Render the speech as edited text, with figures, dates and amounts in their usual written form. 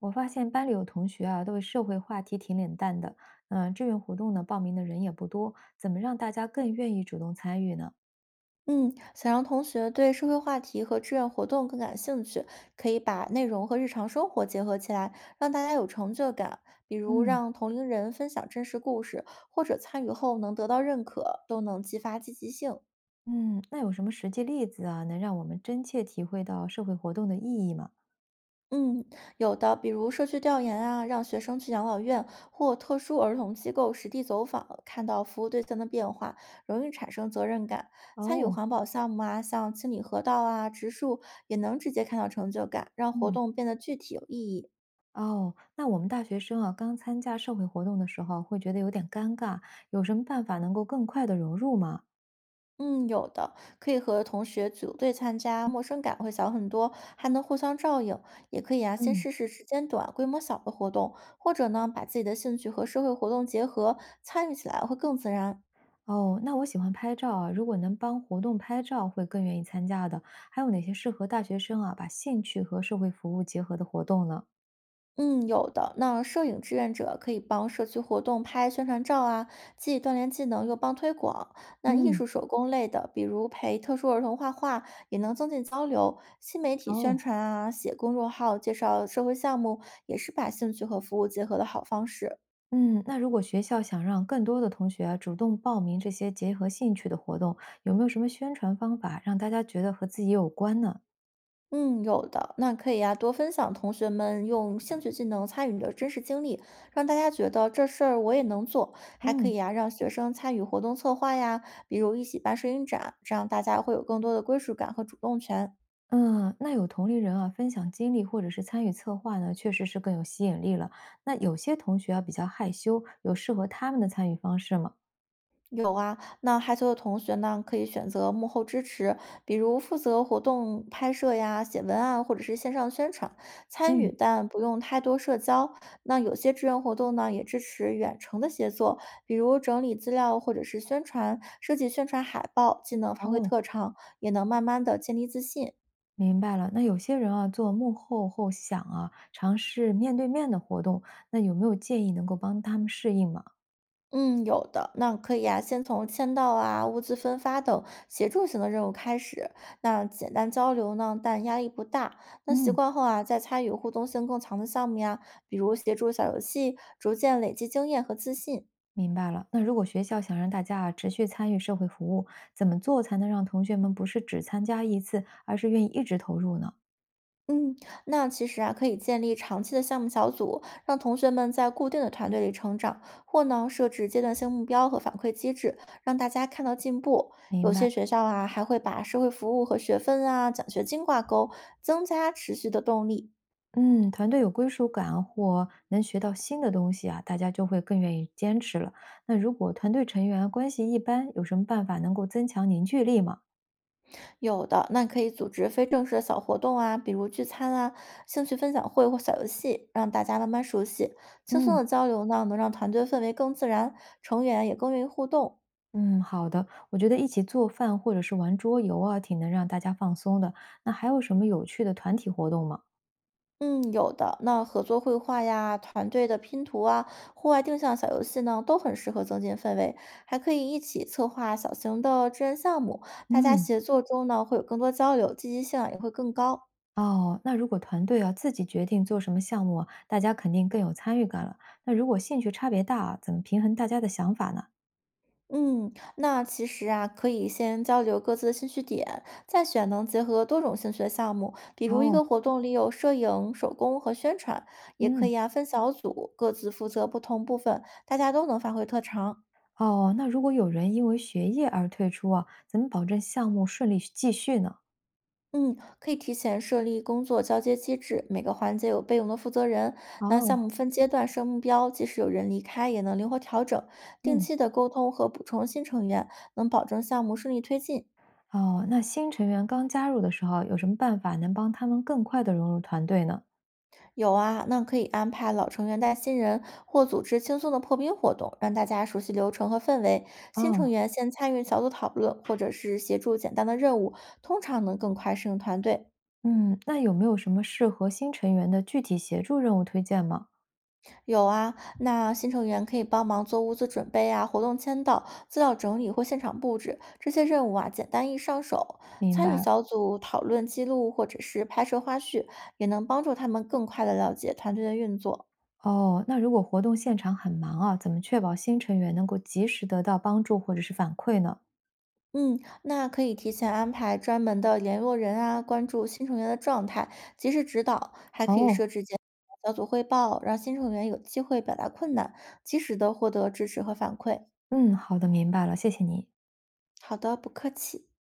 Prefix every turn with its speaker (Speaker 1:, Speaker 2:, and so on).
Speaker 1: 我发现班里有同学啊，对社会话题挺冷淡的。嗯，志愿活动呢，报名的人也不多，怎么让大家更愿意主动参与呢？
Speaker 2: 嗯，想让同学对社会话题和志愿活动更感兴趣，可以把内容和日常生活结合起来，让大家有成就感。比如
Speaker 1: 嗯。
Speaker 2: 让同龄人分享真实故事，或者参与后能得到认可，都能激发积极性。
Speaker 1: 嗯。那有什么实际例子啊，能让我们真切体会到社会活动的意义吗？
Speaker 2: 嗯，有的，比如社区调研啊，让学生去养老院或特殊儿童机构实地走访，看到服务对象的变化，容易产生责任感。参与
Speaker 1: 哦。
Speaker 2: 环保项目啊，像清理河道啊、植树，也能直接看到成就感，让活
Speaker 1: 嗯。
Speaker 2: 动变得具体有意义。
Speaker 1: 哦，那我们大学生啊，刚参加社会活动的时候，会觉得有点尴尬，有什么办法能够更快的融入吗？
Speaker 2: 嗯，有的，可以和同学组队参加，陌生感会小很多，还能互相照应。也可以啊，先
Speaker 1: 嗯。
Speaker 2: 试试时间短、规模小的活动，或者呢，把自己的兴趣和社会活动结合，参与起来会更自然。
Speaker 1: 哦，那我喜欢拍照啊，如果能帮活动拍照，会更愿意参加的。还有哪些适合大学生啊，把兴趣和社会服务结合的活动呢？
Speaker 2: 嗯，有的。那摄影志愿者可以帮社区活动拍宣传照啊，既锻炼技能又帮推广。那艺
Speaker 1: 嗯。
Speaker 2: 术手工类的，比如陪特殊儿童画画，也能增进交流。新媒体宣
Speaker 1: 哦。
Speaker 2: 传啊，写公众号介绍社会项目，也是把兴趣和服务结合的好方式。
Speaker 1: 嗯。那如果学校想让更多的同学啊主动报名这些结合兴趣的活动，有没有什么宣传方法让大家觉得和自己有关呢？
Speaker 2: 嗯，有的，那可以呀、多分享同学们用兴趣技能参与的真实经历，让大家觉得这事儿我也能做。还可
Speaker 1: 嗯。
Speaker 2: 以呀、让学生参与活动策划呀，比如一起办摄影展，这样大家会有更多的归属感和主动权。
Speaker 1: 嗯，那有同龄人啊，分享经历或者是参与策划呢，确实是更有吸引力了。那有些同学啊比较害羞，有适合他们的参与方式吗？
Speaker 2: 有啊，那害羞的同学呢，可以选择幕后支持，比如负责活动拍摄呀、写文案或者是线上宣传，参与
Speaker 1: 嗯。
Speaker 2: 但不用太多社交。那有些志愿活动呢，也支持远程的协作，比如整理资料或者是宣传、设计宣传海报，既能发挥
Speaker 1: 哦。
Speaker 2: 特长，也能慢慢的建立自信。
Speaker 1: 明白了，那有些人啊，做幕后后想啊，尝试面对面的活动，那有没有建议能够帮他们适应吗？
Speaker 2: 嗯，有的，那可以啊，先从签到啊、物资分发等协助型的任务开始。那简单交流呢，但压力不大。那习
Speaker 1: 嗯。
Speaker 2: 惯后啊，再参与互动性更强的项目呀，比如协助小游戏，逐渐累积经验和自信。
Speaker 1: 明白了。那如果学校想让大家啊持续参与社会服务，怎么做才能让同学们不是只参加一次，而是愿意一直投入呢？
Speaker 2: 嗯，那其实啊，可以建立长期的项目小组，让同学们在固定的团队里成长，或呢设置阶段性目标和反馈机制，让大家看到进步。
Speaker 1: 明
Speaker 2: 有
Speaker 1: 白。
Speaker 2: 些学校啊，还会把社会服务和学分啊、奖学金挂钩，增加持续的动力。
Speaker 1: 嗯，团队有归属感或能学到新的东西啊，大家就会更愿意坚持了。那如果团队成员关系一般，有什么办法能够增强凝聚力吗？
Speaker 2: 有的，那可以组织非正式的小活动啊，比如聚餐啊、兴趣分享会或小游戏，让大家慢慢熟悉。轻松
Speaker 1: 嗯。
Speaker 2: 的交流呢，能让团队氛围更自然，成员也更愿意互动。
Speaker 1: 嗯，好的。我觉得一起做饭或者是玩桌游啊，挺能让大家放松的。那还有什么有趣的团体活动吗？
Speaker 2: 嗯，有的。那合作绘画呀、团队的拼图啊、户外定向小游戏呢，都很适合增进氛围，还可以一起策划小型的志愿项目，大家
Speaker 1: 嗯。
Speaker 2: 协作中呢会有更多交流，积极性啊也会更高。
Speaker 1: 哦，那如果团队啊自己决定做什么项目啊，大家肯定更有参与感了。那如果兴趣差别大啊怎么平衡大家的想法呢？
Speaker 2: 嗯，那其实啊，可以先交流各自的兴趣点，再选能结合多种兴趣的项目，比如一
Speaker 1: 哦。
Speaker 2: 个活动里有摄影、手工和宣传，也可
Speaker 1: 嗯。
Speaker 2: 以啊分小组，各自负责不同部分，大家都能发挥特长。
Speaker 1: 哦，那如果有人因为学业而退出啊，怎么保证项目顺利继续呢？
Speaker 2: 嗯，可以提前设立工作交接机制，每个环节有备用的负责人。那项
Speaker 1: 哦。
Speaker 2: 目分阶段设目标，即使有人离开，也能灵活调整。定
Speaker 1: 嗯。
Speaker 2: 期的沟通和补充新成员，能保证项目顺利推进。
Speaker 1: 哦，那新成员刚加入的时候啊，有什么办法能帮他们更快的融入团队呢？
Speaker 2: 有啊，那可以安排老成员带新人，或组织轻松的破冰活动，让大家熟悉流程和氛围。新成
Speaker 1: 哦。
Speaker 2: 员先参与小组讨论，或者是协助简单的任务，通常能更快适应团队。
Speaker 1: 嗯，那有没有什么适合新成员的具体协助任务推荐吗？
Speaker 2: 有啊，那新成员可以帮忙做物资准备啊、活动签到、资料整理或现场布置这些任务啊，简单易上手。
Speaker 1: 明
Speaker 2: 参与
Speaker 1: 白了。
Speaker 2: 小组讨论记录或者是拍摄花絮，也能帮助他们更快的了解团队的运作。
Speaker 1: 哦，那如果活动现场很忙啊，怎么确保新成员能够及时得到帮助或者是反馈呢？
Speaker 2: 嗯，那可以提前安排专门的联络人啊，关注新成员的状态，及时指导，还可以设
Speaker 1: 哦。
Speaker 2: 置简小组汇报，让新成员有机会表达困难，及时的获得支持和反馈。
Speaker 1: 嗯，好的，明白了，谢谢你。
Speaker 2: 好的，不客气。